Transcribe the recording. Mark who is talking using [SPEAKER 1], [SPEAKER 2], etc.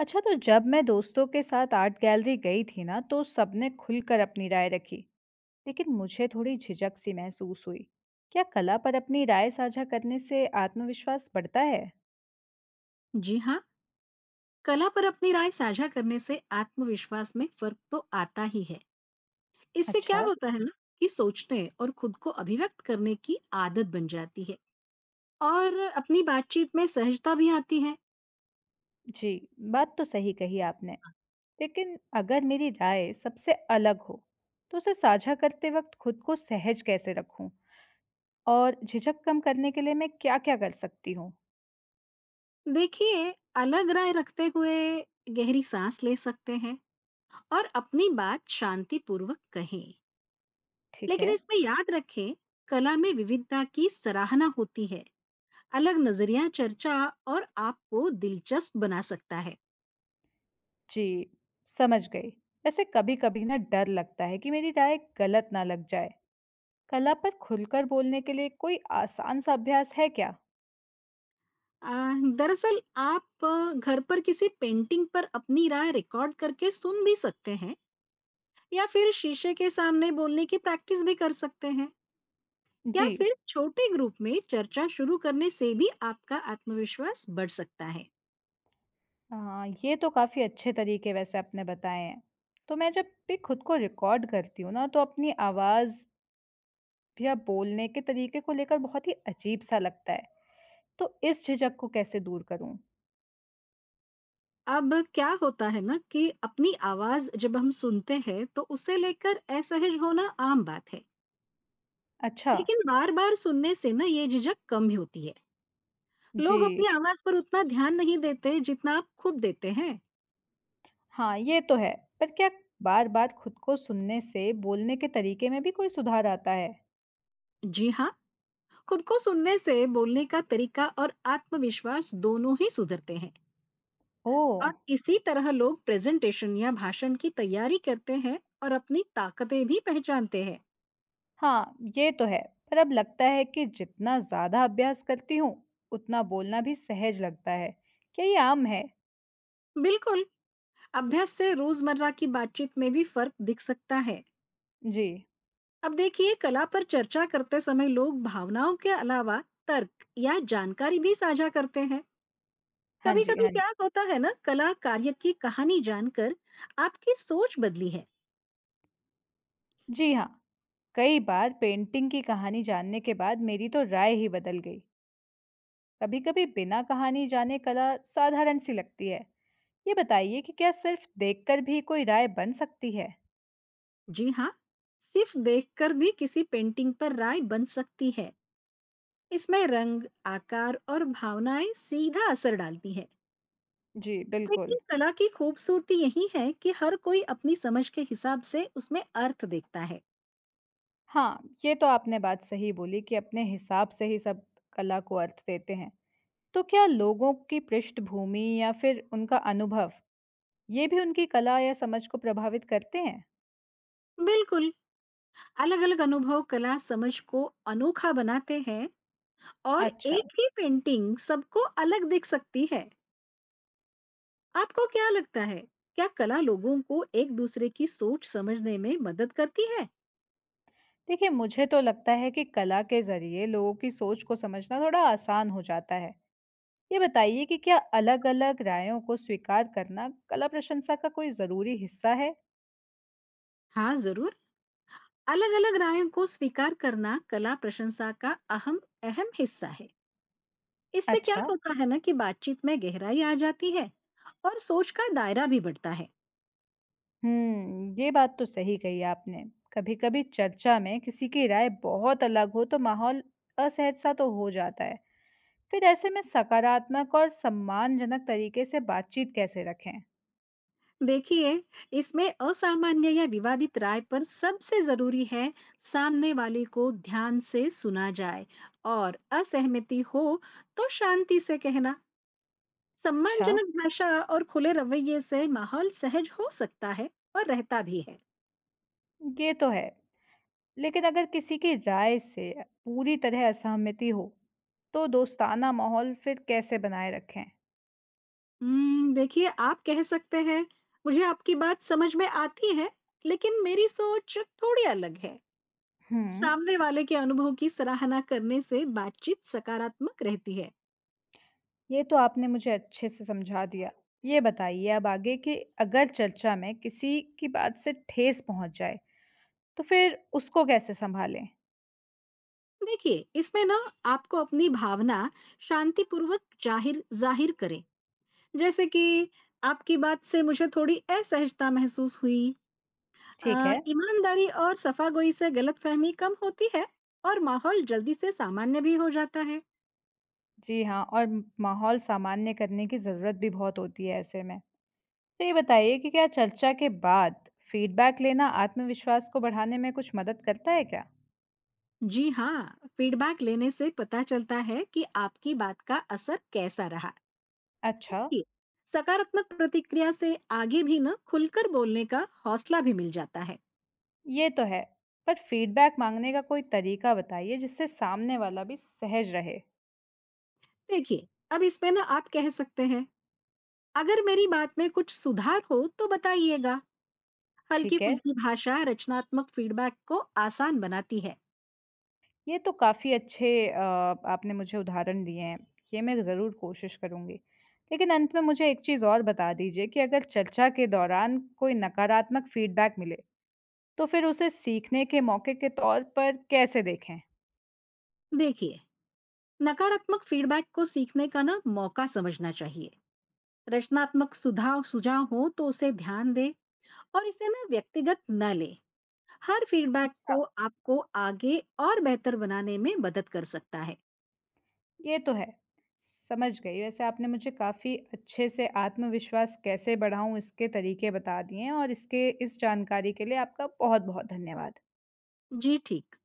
[SPEAKER 1] अच्छा, तो जब मैं दोस्तों के साथ आर्ट गैलरी गई थी ना तो सबने खुलकर अपनी राय रखी। लेकिन मुझे थोड़ी झिझक सी महसूस हुई। क्या कला पर अपनी राय साझा करने से आत्मविश्वास बढ़ता है?
[SPEAKER 2] जी हाँ। कला पर अपनी राय साझा करने से आत्मविश्वास में फर्क तो आता ही है। इससे क्या
[SPEAKER 1] अच्छा।
[SPEAKER 2] होता है ना कि सोचने और खुद को अभिव्यक्त करने की आदत बन जाती है और अपनी बातचीत में सहजता भी आती है।
[SPEAKER 1] जी, बात तो सही कही आपने। लेकिन अगर मेरी राय सबसे अलग हो तो उसे साझा करते वक्त खुद को सहज कैसे रखूं, और झिझक कम करने के लिए मैं क्या-क्या कर सकती हूँ?
[SPEAKER 2] देखिए, अलग राय रखते हुए गहरी सांस ले सकते हैं और अपनी बात शांतिपूर्वक कहें।
[SPEAKER 1] ठीक
[SPEAKER 2] लेकिन
[SPEAKER 1] है।
[SPEAKER 2] इसमें याद रखें, कला में विविधता की सराहना होती है। अलग नजरिया चर्चा और आपको दिलचस्प बना सकता है।
[SPEAKER 1] जी, समझ गई। वैसे कभी-कभी ना डर लगता है कि मेरी राय गलत ना लग जाए। कला पर खुलकर बोलने के लिए कोई आसान सा अभ्यास है क्या?
[SPEAKER 2] अ, दरअसल आप घर पर किसी पेंटिंग पर अपनी राय रिकॉर्ड करके सुन भी सकते हैं या फिर शीशे के सामने बोलने की प्रैक्टिस भी कर सकते हैं। या
[SPEAKER 1] जी।
[SPEAKER 2] फिर छोटे ग्रुप में चर्चा शुरू करने से भी आपका आत्मविश्वास बढ़ सकता है।
[SPEAKER 1] हाँ, ये तो काफ़ी अच्छे तरीके वैसे आपने बताए हैं। तो मैं जब भी खुद को रिकॉर्ड करती हूँ ना, तो अपनी आवाज़ या बोलने के तरीके को लेकर बहुत ही अजीब-सा लगता है। तो इस झिझक को कैसे दूर करूँ?
[SPEAKER 2] अब क्या होता है ना कि अपनी आवाज जब हम सुनते हैं तो उसे लेकर असहज होना आम बात है।
[SPEAKER 1] अच्छा।
[SPEAKER 2] लेकिन बार बार सुनने से ना ये झिझक कम ही होती है।
[SPEAKER 1] जी।
[SPEAKER 2] लोग अपनी आवाज पर उतना ध्यान नहीं देते जितना आप खुद देते हैं।
[SPEAKER 1] हाँ, ये तो है। पर क्या बार-बार खुद को सुनने से बोलने के तरीके में भी कोई सुधार आता है?
[SPEAKER 2] जी हाँ, खुद को सुनने से बोलने का तरीका और आत्मविश्वास दोनों ही सुधरते हैं।
[SPEAKER 1] ओह!
[SPEAKER 2] और इसी तरह लोग प्रेजेंटेशन या भाषण की तैयारी करते हैं और अपनी ताकतें भी पहचानते हैं।
[SPEAKER 1] हाँ, ये तो है। पर अब लगता है कि जितना ज़्यादा अभ्यास करती हूँ, उतना बोलना भी सहज लगता है। क्या ये आम है?
[SPEAKER 2] बिल्कुल, अभ्यास से रोजमर्रा की बातचीत में भी फर्क दिख सकता है।
[SPEAKER 1] जी।
[SPEAKER 2] अब देखिए, कला पर चर्चा करते समय लोग भावनाओं के अलावा तर्क या जानकारी भी साझा करते हैं।
[SPEAKER 1] हाँ
[SPEAKER 2] कभी
[SPEAKER 1] जी,
[SPEAKER 2] कभी
[SPEAKER 1] हाँ जी।
[SPEAKER 2] क्या होता है ना, कला कार्य की कहानी जानकर आपकी सोच बदली है।
[SPEAKER 1] जी हाँ, कई बार पेंटिंग की कहानी जानने के बाद मेरी तो राय ही बदल गई। कभी-कभी बिना कहानी जाने कला साधारण-सी लगती है। ये बताइए कि क्या सिर्फ देखकर भी कोई राय बन सकती है?
[SPEAKER 2] जी हाँ, सिर्फ देखकर भी किसी पेंटिंग पर राय बन सकती है। इसमें रंग आकार और भावनाएं सीधा असर डालती है।
[SPEAKER 1] जी, बिल्कुल।
[SPEAKER 2] लेकिन कला की खूबसूरती यही है कि हर कोई अपनी समझ के हिसाब से उसमें अर्थ देखता है।
[SPEAKER 1] हाँ, ये तो आपने बात सही बोली कि अपने हिसाब से ही सब कला को अर्थ देते हैं। तो क्या लोगों की पृष्ठभूमि या फिर उनका अनुभव, ये भी उनकी कला या समझ को प्रभावित करते हैं?
[SPEAKER 2] बिल्कुल, अलग अलग अनुभव कला समझ को अनोखा बनाते हैं और
[SPEAKER 1] अच्छा।
[SPEAKER 2] एक ही पेंटिंग सबको अलग दिख सकती है। आपको क्या लगता है, क्या कला लोगों को एक दूसरे की सोच समझने में मदद करती है?
[SPEAKER 1] देखिए, मुझे तो लगता है कि कला के ज़रिए लोगों की सोच को समझना थोड़ा आसान हो जाता है। ये बताइए कि क्या अलग-अलग रायों को स्वीकार करना कला प्रशंसा का कोई ज़रूरी हिस्सा है?
[SPEAKER 2] हाँ जरूर, अलग अलग रायों को स्वीकार करना कला प्रशंसा का अहम अहम हिस्सा है। इससे क्या
[SPEAKER 1] अच्छा।
[SPEAKER 2] होता है ना कि बातचीत में गहराई आ जाती है और सोच का दायरा भी बढ़ता है।
[SPEAKER 1] ये बात तो सही कही आपने। कभी-कभी चर्चा में किसी की राय बहुत अलग हो तो माहौल असहज सा तो हो जाता है। फिर ऐसे में सकारात्मक और सम्मानजनक तरीके से बातचीत कैसे रखें?
[SPEAKER 2] देखिए, इसमें असामान्य या विवादित राय पर सबसे जरूरी है सामने वाले को ध्यान से सुना जाए। और असहमति हो तो शांति से कहना,
[SPEAKER 1] अच्छा।
[SPEAKER 2] सम्मानजनक भाषा और खुले रवैये से माहौल सहज हो सकता है और रहता भी है।
[SPEAKER 1] ये तो है। लेकिन अगर किसी की राय से पूरी तरह असहमति हो, तो दोस्ताना माहौल फिर कैसे बनाए रखें?
[SPEAKER 2] देखिए, आप कह सकते हैं, मुझे आपकी बात समझ में आती है, लेकिन मेरी सोच थोड़ी अलग है।
[SPEAKER 1] हम्म,
[SPEAKER 2] सामने वाले के अनुभव की सराहना करने से बातचीत सकारात्मक रहती है।
[SPEAKER 1] ये तो आपने मुझे अच्छे से समझा दिया। ये बताइए अब आगे कि अगर चर्चा में किसी की बात से ठेस पहुंच जाए, तो फिर उसको कैसे संभालें?
[SPEAKER 2] देखिए, इसमें ना आपको अपनी भावना शांतिपूर्वक जाहिर ज़ाहिर करें। जैसे कि आपकी बात से मुझे थोड़ी असहजता महसूस हुई।
[SPEAKER 1] ठीक है।
[SPEAKER 2] ईमानदारी और सफागोई से गलतफ़हमी कम होती है और माहौल जल्दी से सामान्य भी हो जाता है।
[SPEAKER 1] जी हाँ, और माहौल सामान्य करने की ज़रूरत भी बहुत होती है ऐसे में। तो ये बताइए कि क्या चर्चा के बाद फीडबैक लेना आत्मविश्वास को बढ़ाने में कुछ मदद करता है क्या?
[SPEAKER 2] जी हाँ, फीडबैक लेने से पता चलता है कि आपकी बात का असर कैसा रहा।
[SPEAKER 1] अच्छा।
[SPEAKER 2] देखिए, सकारात्मक प्रतिक्रिया से आगे भी ना खुलकर बोलने का हौसला भी मिल जाता है।
[SPEAKER 1] ये तो है। पर फीडबैक मांगने का कोई तरीका बताइए जिससे सामने वाला भी सहज रहे।
[SPEAKER 2] देखिए, अब इसमें ना आप कह सकते हैं, अगर मेरी बात में कुछ सुधार हो तो बताइएगा। हल्की
[SPEAKER 1] ठीक है,
[SPEAKER 2] फुल्की भाषा रचनात्मक फीडबैक को आसान बनाती है।
[SPEAKER 1] ये तो काफ़ी अच्छे आपने मुझे उदाहरण दिए हैं। ये मैं ज़रूर कोशिश करूँगी। लेकिन अंत में मुझे एक चीज़ और बता दीजिए कि अगर चर्चा के दौरान कोई नकारात्मक फीडबैक मिले, तो फिर उसे सीखने के मौके के तौर पर कैसे देखें?
[SPEAKER 2] देखिए, नकारात्मक फीडबैक को सीखने का ना मौका समझना चाहिए। रचनात्मक सुझाव सुझाव हो तो उसे ध्यान दे और इसे ना व्यक्तिगत न लें। हर फीडबैक
[SPEAKER 1] अच्छा।
[SPEAKER 2] को आपको आगे और बेहतर बनाने में मदद कर सकता है।
[SPEAKER 1] ये तो है। समझ गई। वैसे आपने मुझे काफ़ी अच्छे से आत्मविश्वास कैसे बढ़ाऊँ इसके तरीके बता दिए हैं और इसके इस जानकारी के लिए आपका बहुत-बहुत धन्यवाद।
[SPEAKER 2] जी ठीक।